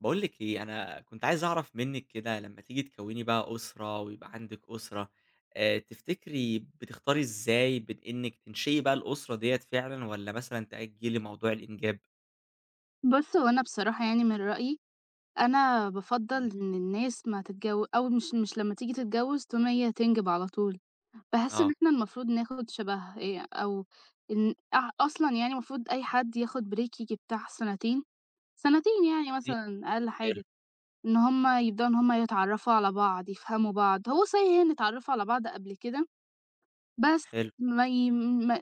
باقول لِك إيه، أنا كنت عايز أعرف منِّك كده لمّا تيجي تكوّني بقى أسرة ويبقى عندِك أسرة، تفتكري بتختاري إزاي بين إنِّك تنشئي بقى الأسرة ديّة فعلًا والّا مثلًا تأجّلي موضوع الإنجاب؟ بُص، هو أنا بصراحة يعني من رأيي، أنا بافضّل إمم. إن الناس ما تتجو أو مش لمّا تيجي تتجوّز تقوم هي تنجب على طول، باحس إن آه، إحنا المفروض ناخد شبه أو إن أصلًا يعني المفروض أي حد ياخد بريك ييجي بتاع سنتين، سنتين يعني مثلًا أقل حلو، حاجة، إن هم يبدؤوا إن هم يتعرّفوا على بعض، يفهموا بعض، هو صحيح هي نتعرّفوا على بعض قبل كده بس حلو، ما ي ما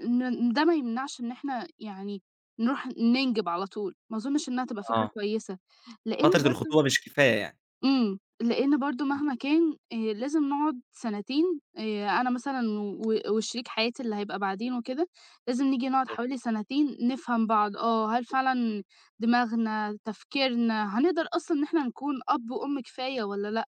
ن ده ما يمنعش إن إحنا يعني نروح ننجب على طول، ما أظنش إنها تبقى فكرة آه. كويسة، لإن فترة برضه الخطوبة مش كفاية يعني. إمم، لإن برضه إمم، مهما كان لازم نقعد سنتين أنا مثلًا و وشريك حياتي اللي هيبقى بعدين وكده، لازم نيجي نقعد حلو، حوالي سنتين نفهم بعض، آه، هل فعلًا دماغنا، تفكيرنا، هنقدر أصلًا إن إحنا نكون أب وأم كفاية والّا لأ؟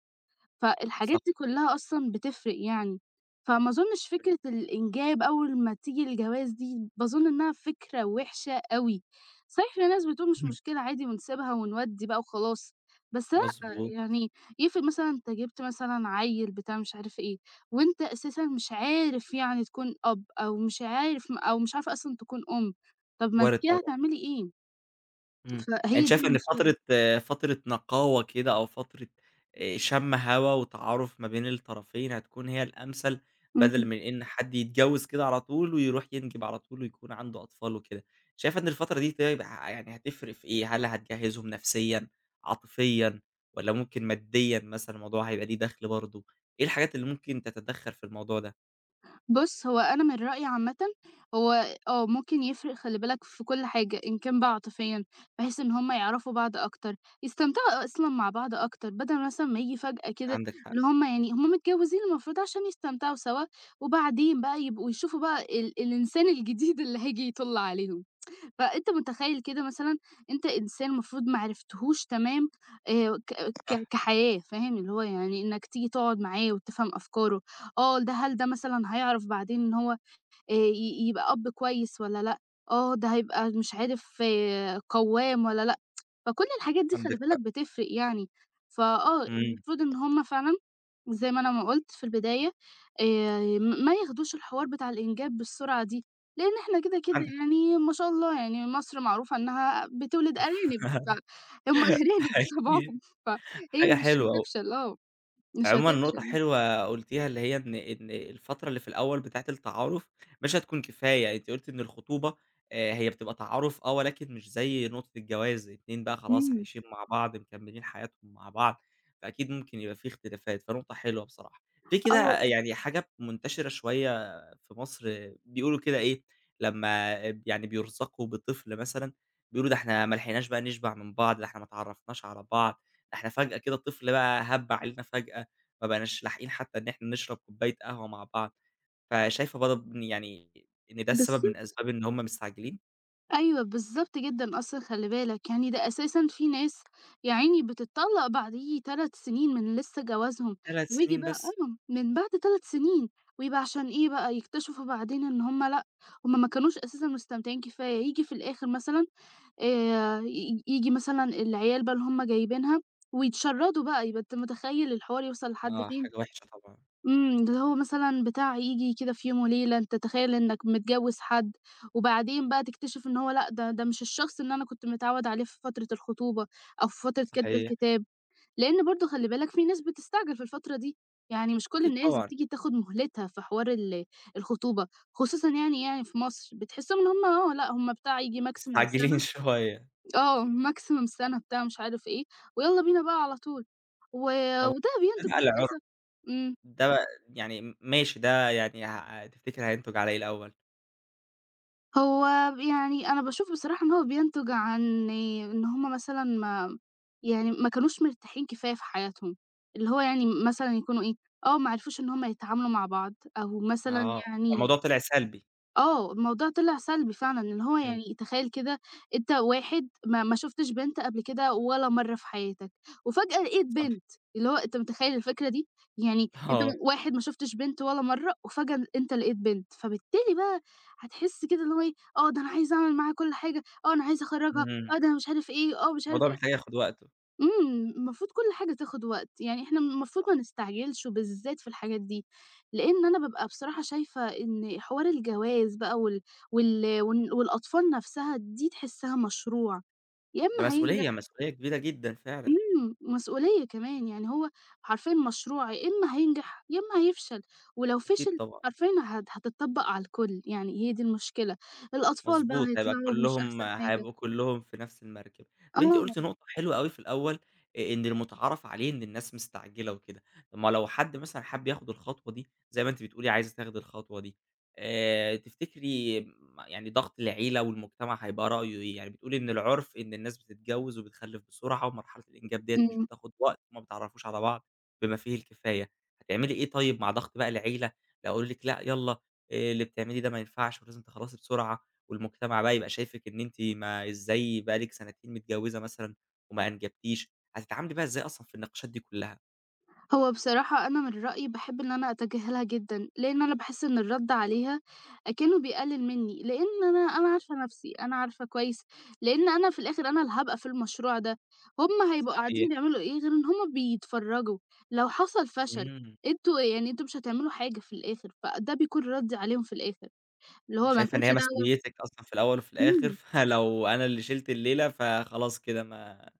فالحاجات صح. دي كلّها أصلًا بتفرق يعني، فما أظنش فكرة الإنجاب أول ما تيجي الجواز دي باظُن إنها فكرة وِحشة أوي، صحيح في ناس بتقول مش إمم. مشكلة عادي ونسيبها ونودّي بقى وخلاص، بس لأ، مضبوط، يعني يفرق مثلًا أنت جِبت مثلًا عيّل بتاع مش عارف إيه، وأنت أساسًا مش عارف يعني تكون أب أو مش عارف أو مش عارفة أصلًا تكون أم، طَب ما أنتِ وارد كده طبعًا. هتعملي إيه؟ إمم. فهي أنتِ دي شايفة إن المشكلة. فترة نقاوة كده أو فترة شَم هوا وتعارُف ما بين الطرفين هتكون هي الأمثل بدل إمم. من إن حد يتجوّز كده على طول ويروح ينجب على طول ويكون عنده أطفال وكده. شايفة إن الفترة دي طيب يعني هتفرق في إيه؟ هل هتجهّزهم نفسيًا، عاطفيًا والّا ممكن ماديًا مثلًا الموضوع هيبقى ليه دَخْل برضه؟ إيه الحاجات اللي ممكن تتدخّل في الموضوع ده؟ بُص، هو أنا من رأيي عامةً هو آه، ممكن يفرق خلّي بالك في كل حاجة، إن كان بقى عاطفيًا بحيث إن هم يعرفوا بعض أكتر، يستمتعوا أصلًا مع بعض أكتر، بدل مثلًا ما ييجي فجأة كده عندِك حق، اللي هم يعني هم متجوزين المفروض عشان يستمتعوا سوا، وبعدين بقى يبقوا يشوفوا بقى الإنسان الجديد اللي هييجي يطُل عليهم. فأنت متخيّل كده مثلًا أنت إنسان المفروض ما عرفتهوش تمام ك صح، ك كحياة فاهم، اللي هو يعني إنّك تيجي تقعد معاه وتفهم أفكاره، آه ده هل ده مثلًا هيعرف بعدين إن هو ي يبقى أب كويس والّا لأ، آه ده هيبقى مش عارف آه، قوّام والّا لأ، فكل الحاجات دي خلّي عندِك بالك حق. بتفرق يعني، فآه إمم، المفروض إن هُم فعلًا زي ما أنا ما قُلت في البداية، آآ م ما ياخدوش الحوار بتاع الإنجاب بالسرعة دي، لإن إحنا كده، كده عندِك حق. يعني ما شاء الله يعني مصر معروفة إنها بتولد أرانب، فهُم أرانب أكيد. بطبعهم، فهي حاجة مش حلوة أوي. هتفشل آه، مش عمومًا نقطة هتفشل. حلوة قُلتيها، اللي هي إن الفترة اللي في الأول بتاعة التعارُف مش هتكون كفاية، يعني أنتِ قُلتِ إن الخطوبة هي بتبقى تعارُف آه، ولكن مش زي نقطة الجواز، اتنين بقى خلاص إمم، عايشين مع بعض، مكمّلين حياتهم مع بعض، فأكيد ممكن يبقى في اختلافات، فنقطة حلوة بصراحة. في آه، كده يعني حاجة منتشرة شوية في مصر بيقولوا كده إيه، لمّا يعني بيرزقوا بطفل مثلًا، بيقولوا ده إحنا ما لحقناش بقى نشبع من بعض، ده إحنا ما اتعرّفناش على بعض، ده إحنا فجأة كده الطفل بقى هَب علينا فجأة. ما بقيناش لاحقين حتى إن إحنا نشرب كوباية قهوة مع بعض، فشايفة برضه إن إن ده السبب بالض من أسباب إن هم مستعجلين؟ أيوه، بالضبط جدًا، أصلًا خلّي بالك يعني ده أساسًا في ناس يا عيني بتتطلّق بعديه 3 سنين من لسه جوازهم، 3 وييجي سنين بقى بس! آه، من بعد 3 سنين، ويبقى عشان إيه بقى، يكتشفوا بعدين إن هُم لأ، هُم ما كانوش أساسًا مستمتعين كفاية، ييجي في الآخر مثلًا ي ييجي مثلًا العيال بقى اللي هُم جايبينها ويتشردوا بقى، يبقى أنت متخيّل الحوار يوصل لحد آه، فين. حاجة وحشة طبعًا، إمم، اللي هو مثلًا بتاع ييجي كده في يوم وليلة، أنت تتخيل إنّك متجوّز حد، وبعدين بقى تكتشف إن هو لأ، ده مش الشخص اللي أنا كنت متعوّد عليه في فترة الخطوبة أو في فترة كَتب صحيح، الكتاب، لإن برضه خلّي بالك في ناس بتستعجل في الفترة دي، يعني مش كل أكيد الناس طبعًا، بتيجي تاخُد مهلتها في حوار الخطوبة، خصوصًا يعني في مصر، بتحسّهم إن هم آه، لأ هم بتاع ييجي maximum مستعجلين سَنة شوية، آه، maximum سَنة بتاع مش عارف إيه، ويالّا بينا بقى على طول، و طبعًا، وده ده بينتج بقى العُرف، للأسف إمم. ده بقى يعني ماشي، ده يعني تفتكر هينتج على إيه الأول؟ هو يعني أنا باشوف بصراحة إن هو بينتج عن إن هم مثلًا ما يعني ما كانوش مرتاحين كفاية في حياتهم، اللي هو يعني مثلًا يكونوا إيه، آه، ما عرفوش إن هم يتعاملوا مع بعض أو مثلًا آه، يعني فالموضوع طلع سلبي، آه، الموضوع طلع سلبي فعلًا، إن هو أيوه يعني تخيل كده أنت واحد ما شُفتش بنت قبل كده ولا مرّة في حياتك، وفجأة لقيت صح، بنت، اللي هو أنت متخيل الفكرة دي؟ يعني أنت آه، واحد ما شُفتش بنت ولا مرّة، وفجأة أنت لقيت بنت، فبالتالي بقى هتحس كده اللي هو إيه، آه، ده أنا عايز أعمل معاها كل حاجة، آه، أنا عايز أخرّجها، إمم، آه، ده أنا مش عارف إيه، آه، مش عارف الموضوع إيه. محتاج ياخد وقته، إمم، المفروض كل حاجة تاخد وقت، يعني إحنا المفروض ما نستعجلش وبالذات في الحاجات دي، لإن أنا بابقى بصراحة شايفة إن حوار الجواز بقى وال والأطفال نفسها دي تحسّها مشروع، يا ده إمّا هينجح مسؤولية، مسؤولية كبيرة جدًا فعلًا، إمم، مسؤولية كمان، يعني هو حرفيًا مشروع يا إمّا هينجح يا إمّا هيفشل، ولو أكيد فشل طبعًا. حرفيًا هتتطبّق على الكل، يعني هي دي المشكلة، الأطفال بقى مضبوط، هيبقى هيطلعوا مش كلّهم، أحسن حاجة، هيبقوا كلّهم في نفس المركب. طَب أنتِ آه، قُلتِ نقطة حلوة أوي في الأول، إن المُتعارف عليه إن الناس مستعجلة وكده، طَب ما لو حد مثلًا حَب ياخد الخطوة دي زي ما أنتِ بتقولي عايزة تاخدي الخطوة دي، تفتكري يعني ضغط العيلة والمجتمع هيبقى رأيه إيه؟ يعني بتقولي إن العُرف إن الناس بتتجوّز وبتخلِّف بسرعة ومرحلة الإنجاب ديّة مش إمم. بتاخد وقت وما بيتعرّفوش على بعض بما فيه الكفاية، هتعملي إيه طيب مع ضغط بقى العيلة؟ لو قالوا لِك لأ يالّا اللي بتعمليه ده ما ينفعش ولازم تخلّصي بسرعة. والمجتمع بقى يبقى شايفِك إن أنتِ ما إزاي بقى لِك سنتين متجوزة مثلًا وما أنجبتيش، هتتعاملي بقى إزاي أصلًا في النقاشات دي كلها؟ هو بصراحة أنا من رأيي باحب إن أنا أتجاهلها جدًا، لإن أنا باحس إن الرد عليها أكنه بيقلل مني، لإن أنا عارفة نفسي، أنا عارفة كويس، لإن أنا في الآخر أنا اللي هابقى في المشروع ده، هُم هيبقوا صحيح. قاعدين بيعملوا إيه غير إن هُم بيتفرّجوا، لو حصل فشل إمم، أنتم مش هتعملوا حاجة في الآخر، فده بيكون ردي عليهم في الآخر، اللي هو ما شايفة إن لكمش هي دعوة مسؤوليتِك أصلًا في الأول وفي الآخر، إمم، فلو أنا اللي شِلت الليلة فخلاص كده ما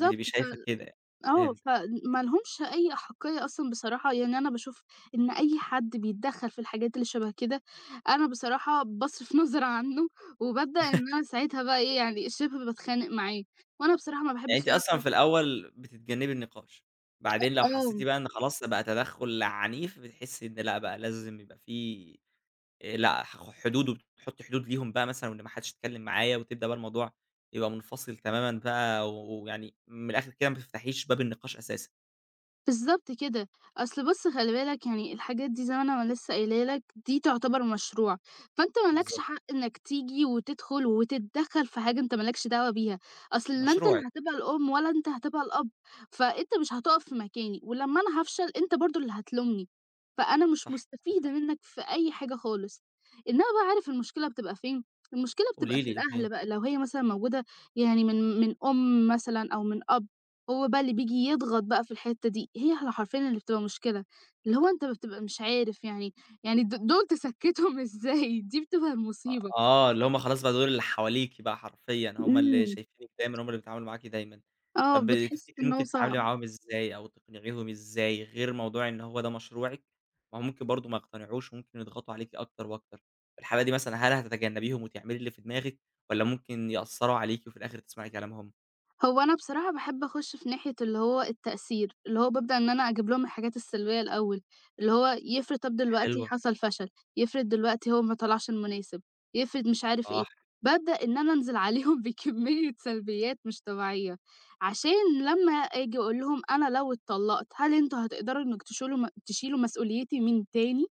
بتبقي شايفة كده يعني، آه، فهمتِك، فما لهمش أي أحَقيّة أصلًا بصراحة، يعني أنا باشوف إن أي حد بيتدخّل في الحاجات اللي شبه كده، أنا بصراحة باصرف نظر عنه، وبابدأ إن أنا ساعتها بقى إيه، يعني شِبه باتخانق معاه، وأنا بصراحة ما يعني باحبش أنتِ إن أنا أصلًا حد في الأول بتتجنبي النقاش، بعدين لو حسيتِ آه. بقى إن خلاص بقى تدخُّل عنيف بتحسي إن لأ بقى لازم يبقى في لأ، حدود، وبتحُط حدود ليهم بقى مثلًا وإن ما حدّش يتكلّم معايا وتبدأ بقى الموضوع يبقى منفصل تمامًا بقى ويعني من الآخِر كده ما تفتحيش باب النقاش أساسًا. بالضبط كده. أصل بُص خلّي بالك يعني الحاجات دي زي ما أنا ما لسه قايله لك دي تعتبر مشروع، فأنت ما لكش بالضبط. حق إنّك تيجي وتدخل وتتدخّل في حاجة أنت ما لكش دعوة بيها، أصل لا أنت اللي مشروعِك، هتبقى الأم ولا أنت هتبقى الأب، فأنت مش هتُقف في مكاني، ولمّا أنا هافشل أنت برضه اللي هتلومني، فأنا مش صح، عندِك مستفيدة حق. منّك في أي حاجة خالص. إنّما بقى عارف المشكلة بتبقى فين؟ المشكلة بتبقى قولي في لي فين؟ الأهل بقى، لو هي مثلًا موجودة يعني من أم مثلًا أو من أب. هو بقى اللي بييجي يضغط بقى في الحتّة دي، هي حرفيًا اللي بتبقى مشكلة، اللي هو أنت بتبقى مش عارف يعني يعني دول تسكّتهم إزاي؟ دي بتبقى أ المصيبة. آه، اللي هم خلاص بقى دول اللي حواليكِ بقى حرفيًا، هم اللي إمم. شايفينِك دايمًا، هم اللي بيتعاملوا معاكِ دايمًا. آه، طب بتحس تفتكري إن هو ممكن صعب. تتعاملي معاهم إزاي أو تقنعيهم إزاي غير موضوع إن هو ده مشروعِك، ما هو ممكن برضه ما يقتنعوش وممكن يضغطوا عليكِ أكتر وأكتر، في الحالة دي مثلًا هل هتتجنبيهم وتعملي اللي في دماغِك والّا ممكن يأثّروا عليكِ وفي الآخر تسمعي كلامهم؟ هو أنا بصراحة باحب أخُش في ناحية اللي هو التأثير، اللي هو بابدأ إن أنا أجيب لهم الحاجات السلبية الأول، اللي هو يفرض طَب دلوقتي حلوة، حصل فشل، يفرض دلوقتي هو ما طلعش المناسب، يفرض مش عارف إيه، صح، بابدأ إن أنا أنزل عليهم بكمية سلبيات مش طبيعية، عشان لمّا آجي أقول لهم أنا لو اتطلّقت هل أنتم هتقدروا إنكم تشولوا م تشيلوا مسؤوليتي من تاني؟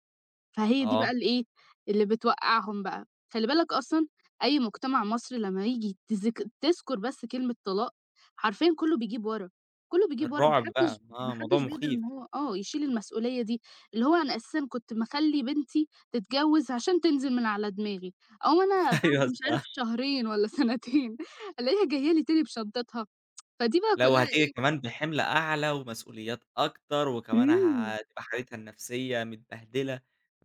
فهي دي بقى آه، اللي إيه، اللي بتوقّعهم بقى. خلّي بالك أصلًا أي مجتمع مصري لمّا ييجي تذكر بس كلمة طلاق، حرفيًا كُلّه بيجيب ورا، كُلّه بيجيب ورا، ما الرعب بقى، حدّش ما آه، موضوع حدّش بيقدر مخيف. إن هو آه، يشيل المسؤولية دي، اللي هو أنا أساسًا كنت مخلّي بنتي تتجوّز عشان تنزل من على دماغي، أقوم أنا بعد أيوه مش عارف صح. شهرين والّا سنتين ألاقيها جاية لي تاني بشنطتها، فدي بقى لا كُلّها وهتيجي إيه كمان بحِمْل أعلى ومسؤوليات أكتر، وكمان إمم، هتبقى حالتها النفسية متبهدلة،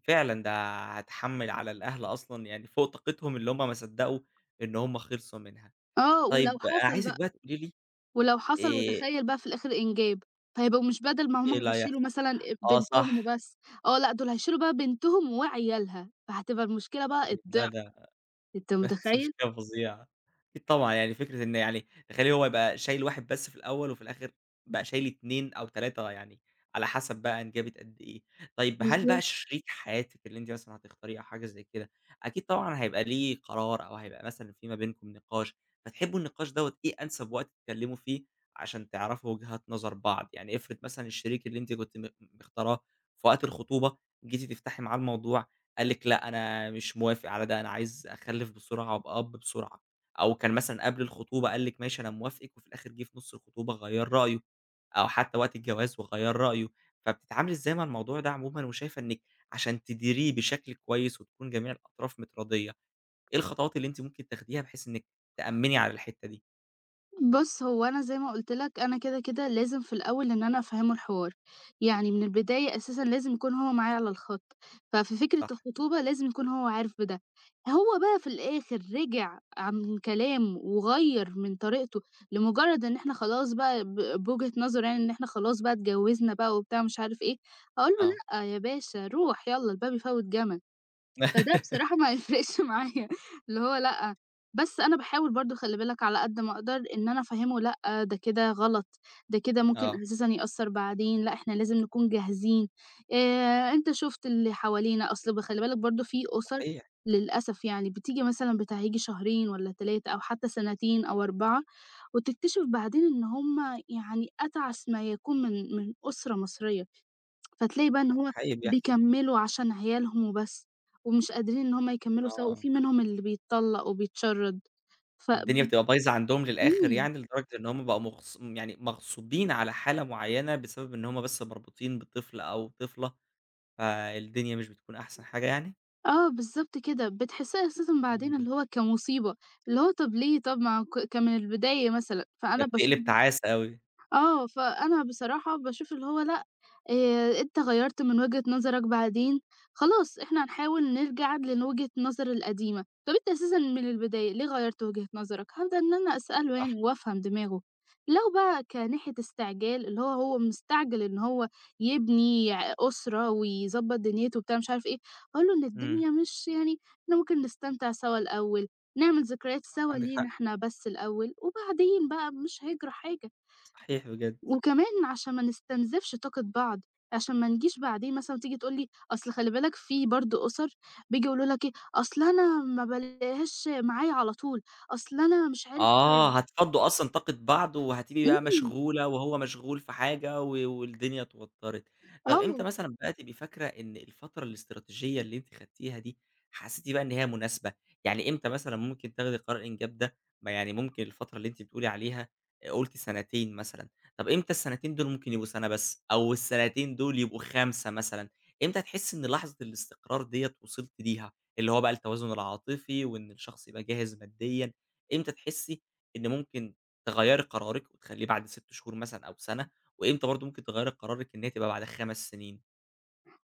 فعلًا ده هتحمّل على الأهل أصلًا يعني فوق طاقتهم اللي هم ما صدّقوا إن هم خلصوا منها. آه، ولو طيب حصل عايزِك بقى بقى تقولي لي ولو حصل آآ وتخيّل بقى في الآخر إنجاب، فهيبقوا مش بدل ما إيه هُم اللي بيشيلوا هيحصل؟ مثلًا آه بنتهم صح، وبس، آه لأ دول هيشيلوا بقى بنتهم وعيالها، فهتبقى المشكلة بقى إمم، لا الضِعف، ده أنت كانت متخيّل؟ مشكلة فظيعة. أكيد طبعًا، يعني فكرة إن يعني تخيّلي هو يبقى شايل واحد بس في الأول وفي الآخر بقى شايل 2 أو 3 يعني على حسب بقى أنجبت قد إيه. طيب هل بقى بالضبط. شريك حياتِك اللي أنتِ مثلًا هتختاريه أو حاجة زي كده، أكيد طبعًا هيبقى ليه قرار أو هيبقى مثلًا في ما بينكم نقاش، فتحبّوا النقاش دوّة إيه أنسب وقت تتكلّموا فيه عشان تعرفوا وجهات نظر بعض؟ يعني افرض مثلًا الشريك اللي أنتِ كنتِ مختاراه في وقت الخطوبة، جيتِ تفتحي معاه الموضوع قال لِك لأ، أنا مش موافق على ده، أنا عايز أخلِّف بسرعة وأبقى أب بسرعة، أو كان مثلًا قبل الخطوبة قال لِك ماشي أنا موافقِك، وفي الآخر جِه في نُص الخطوبة غيّر رأيه، أو حتى وقت الجواز وغيّر رأيه، فبتتعاملي إزاي مع الموضوع ده عمومًا، وشايفة إنِّك عشان تديريه بشكل كويس وتكون جميع الأطراف متراضية، إيه الخطوات اللي أنتِ ممكن تاخديها بحيث إنِّك تأمِّني على الحتّة دي؟ بُص، هو أنا زي ما قُلت لك أنا كده، كده لازم في الأول إن أنا أفهّمه الحوار، يعني من البداية أساسًا لازم يكون هو معايا على الخط، ففي فكرة صح، الخطوبة لازم يكون هو عارف بده. هو بقى في الآخر رِجع عن كلامه وغيّر من طريقته لمجرد إن إحنا خلاص بقى بوجهة نظره يعني إن إحنا خلاص بقى اتجوّزنا بقى وبتاع ومش عارف إيه، هاقول له: آه، "لأ يا باشا روح يالّا الباب يفوّت جمل." فده بصراحة ما هيفرقش معايا اللي هو لأ، بس أنا باحاول برضه خلّي بالك على قد ما أقدر إن أنا أفهّمه لأ، ده كده غلط، ده كده ممكن آه، أساسًا يأثّر بعدين، لأ إحنا لازم نكون جاهزين، أنت شُفت اللي حوالينا، أصل خلّي بالك برضه في أُسَر صحيح، للأسف يعني بتيجي مثلًا بتهيّجي شهرين والّا 3 أو حتى سنتين أو 4 وتكتشف بعدين إن هم يعني أتعس ما يكون من أسرة مصرية. فتلاقي بقى إن هو حقيقي بيحصل، بيكمّلوا عشان عيالهم وبس، ومش قادرين إن هم يكمّلوا سوا، آه. وفي منهم اللي بيتطلّق وبيتشرّد، فب الدنيا بتبقى بايظة عندهم للآخر إمم، يعني، لدرجة إن هم بقوا يعني مغصوبين على حالة معيّنة بسبب إن هم بس مربوطين بطفل أو طفلة، فالدنيا مش بتكون أحسن حاجة يعني؟ آه بالضبط كده، بتحسّيها أساسًا بعدين إمم، اللي هو كمصيبة، اللي هو طَب ليه طَب ما هو كان من البداية مثلًا، ده فأنا باشوف بتقلب تعاسة أوي، آه، فأنا بصراحة باشوف اللي هو لأ، أنت غيّرت من وجهة نظرك بعدين، خلاص إحنا هنحاول نرجع لوجهة النظر القديمة، طَب أنت أساسًا من البداية ليه غيّرت وجهة نظرك؟ هابدأ إن أنا أسأله صح، يعني وأفهم دماغه، لو بقى كناحية استعجال اللي هو هو مستعجل إن هو يبني أسرة ويضبّط دنيته وبتاع مش عارف إيه، هاقول له إن إمم، الدنيا مش يعني إحنا ممكن نستمتع سوا الأول، نعمل ذكريات صح سوا عندِك لينا حق، إحنا بس الأول، وبعدين بقى مش هيجرى حاجة. صحيح بجد. وكمان عشان ما نستنزفش طاقة بعض، عشان ما نجيش بعدين مثلًا تيجي تقول لي أصل خلي بالك في برضه أُسَر بييجوا يقولوا لك إيه، أصل أنا ما بالاقيهاش معايا على طول، أصل أنا مش عارف آه، هتفضّوا أصلًا طاقة بعض وهتبقي بقى إمم، مشغولة وهو مشغول في حاجة والدنيا اتوتّرت. طَب إمتى آه. مثلًا بقى تبقي فاكرة إن الفترة الاستراتيجية اللي أنتِ خدتيها دي، حسيتِ بقى إن هي مناسبة؟ يعني إمتى مثلًا ممكن تاخدي قرار الإنجاب ده؟ ما يعني ممكن الفترة اللي أنتِ بتقولي عليها، قُلتِ سنتين مثلًا، طَب إمتى السنتين دول ممكن يبقوا سَنة بس أو السنتين دول يبقوا 5 مثلًا؟ إمتى تحسّي إن لحظة الاستقرار ديّة وصلتِ ليها، اللي هو بقى التوازن العاطفي وإن الشخص يبقى جاهز ماديًا؟ إمتى تحسي إن ممكن تغيّري قرارِك وتخلّيه بعد 6 شهور مثلًا أو سَنة، وإمتى برضه ممكن تغيّري قرارِك إن هي تبقى بعد 5 سنين؟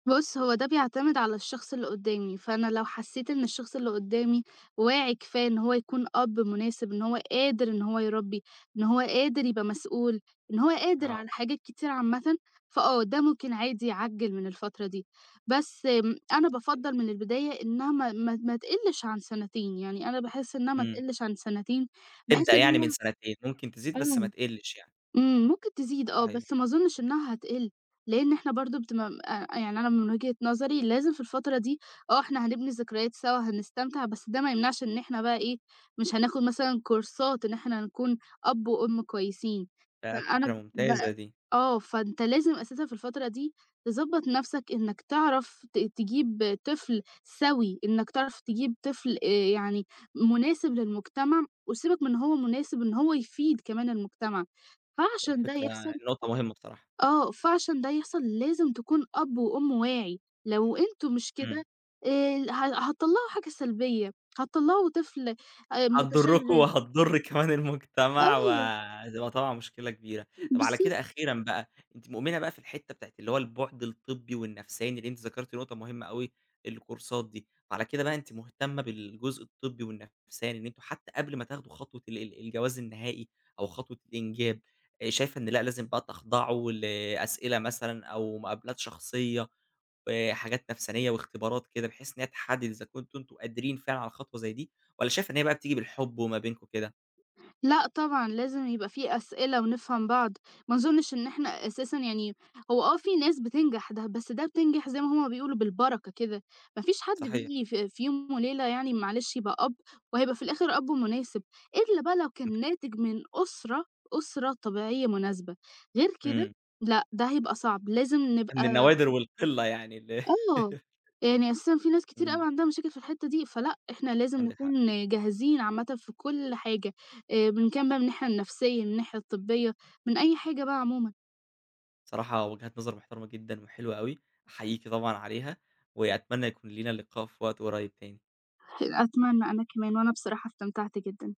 بُص، هو ده بيعتمد على الشخص اللي قدّامي، فأنا لو حسّيت إن الشخص اللي قدّامي واعي كفاية إن هو يكون أب مناسب، إن هو قادر إن هو يربّي، إن هو قادر يبقى مسؤول، إن هو قادر آه، على حاجات كتير عامةً، فآه، ده ممكن عادي يعجّل من الفترة دي. بس أنا بافضّل من البداية إنها ما تقلّش عن سنتين، يعني أنا باحس إنها ما إمم، تقلّش عن سنتين، بحيث تبدأ إن يعني من هو سنتين، ممكن تزيد آه. بس ما تقلّش يعني، إمم، ممكن تزيد آه، صحيح، بس ما أظُنّش إنها هتقِل، لإن إحنا برضه بتم يعني أنا من وجهة نظري لازم في الفترة دي آه، إحنا هنبني ذكريات سوا، هنستمتع، بس ده ما يمنعش إن إحنا بقى إيه، مش هناخُد مثلًا كورسات إن إحنا نكون أب وأم كويسين. ده فكرة فأنا ب ممتازة دي، آه، فأنت لازم أساسًا في الفترة دي تضبّط نَفْسك إنّك تعرف تجيب طفل سَوي، إنّك تعرف تجيب طفل يعني مناسب للمجتمع وسيبك من إن هو مناسب، إن هو يفيد كمان المجتمع. فعشان ده فكرة يحصل نقطة مهمة بصراحة، آه، فعشان ده يحصل لازم تكون أب وأم واعي، لو أنتم مش إمم. كده ه هتطلّعوا حاجة سلبية، هتطلّعوا طفل هتضركم متشرد، وهتضر كمان المجتمع آه وهتبقى طبعًا مشكلة كبيرة. طب على كده بالضبط. أخيرًا بقى، أنتِ مؤمنة بقى في الحتّة بتاعة اللي هو البُعد الطبّي والنفساني، اللي أنتِ ذكرتِ نقطة مهمة أوي، الكورسات دي، فعلى كده بقى أنتِ مهتمة بالجزء الطبّي والنفساني، إن أنتم حتى قبل ما تاخدوا خطوة ال الجواز النهائي أو خطوة الإنجاب، شايفة إن لأ، لازم بقى تخضعوا لأسئلة مثلًا أو مقابلات شخصية، وحاجات نفسانية واختبارات كده، بحيث إن هي تحدد إذا كنتم أنتم قادرين فعلًا على خطوة زي دي، والّا شايفة إن هي بقى بتيجي بالحب وما بينكم كده؟ لأ طبعًا، لازم يبقى في أسئلة ونفهم بعض، ما أظنش إن إحنا أساسًا يعني هو آه في ناس بتنجح ده بس ده بتنجح زي ما هُم بيقولوا بالبركة كده، ما فيش حد صحيح، بييجي في يوم وليلة يعني معلش يبقى أب، وهيبقى في الآخر أب مناسب، إلا بقى لو عندِك كان حق، ناتج من أسرة أسرة طبيعية مناسبة، غير كده إمم، لأ، ده هيبقى صعب، لازم من نبقى النوادر والقلة يعني ال، آه، يعني أساسًا في ناس كتير إمم، أوي عندها مشاكل في الحتّة دي، فلأ إحنا لازم عندِك حق، نكون جاهزين عامةً في كل حاجة، من كان بقى من الناحية النفسية، من الناحية الطبية، من أي حاجة بقى عمومًا. بصراحة وجهات نظر محترمة جدًا وحلوة أوي، أحييكِ طبعًا عليها، وأتمنى يكون لينا لقاء في وقت قريب تاني. أتمنى أنا كمان، وأنا بصراحة استمتعت جدًا.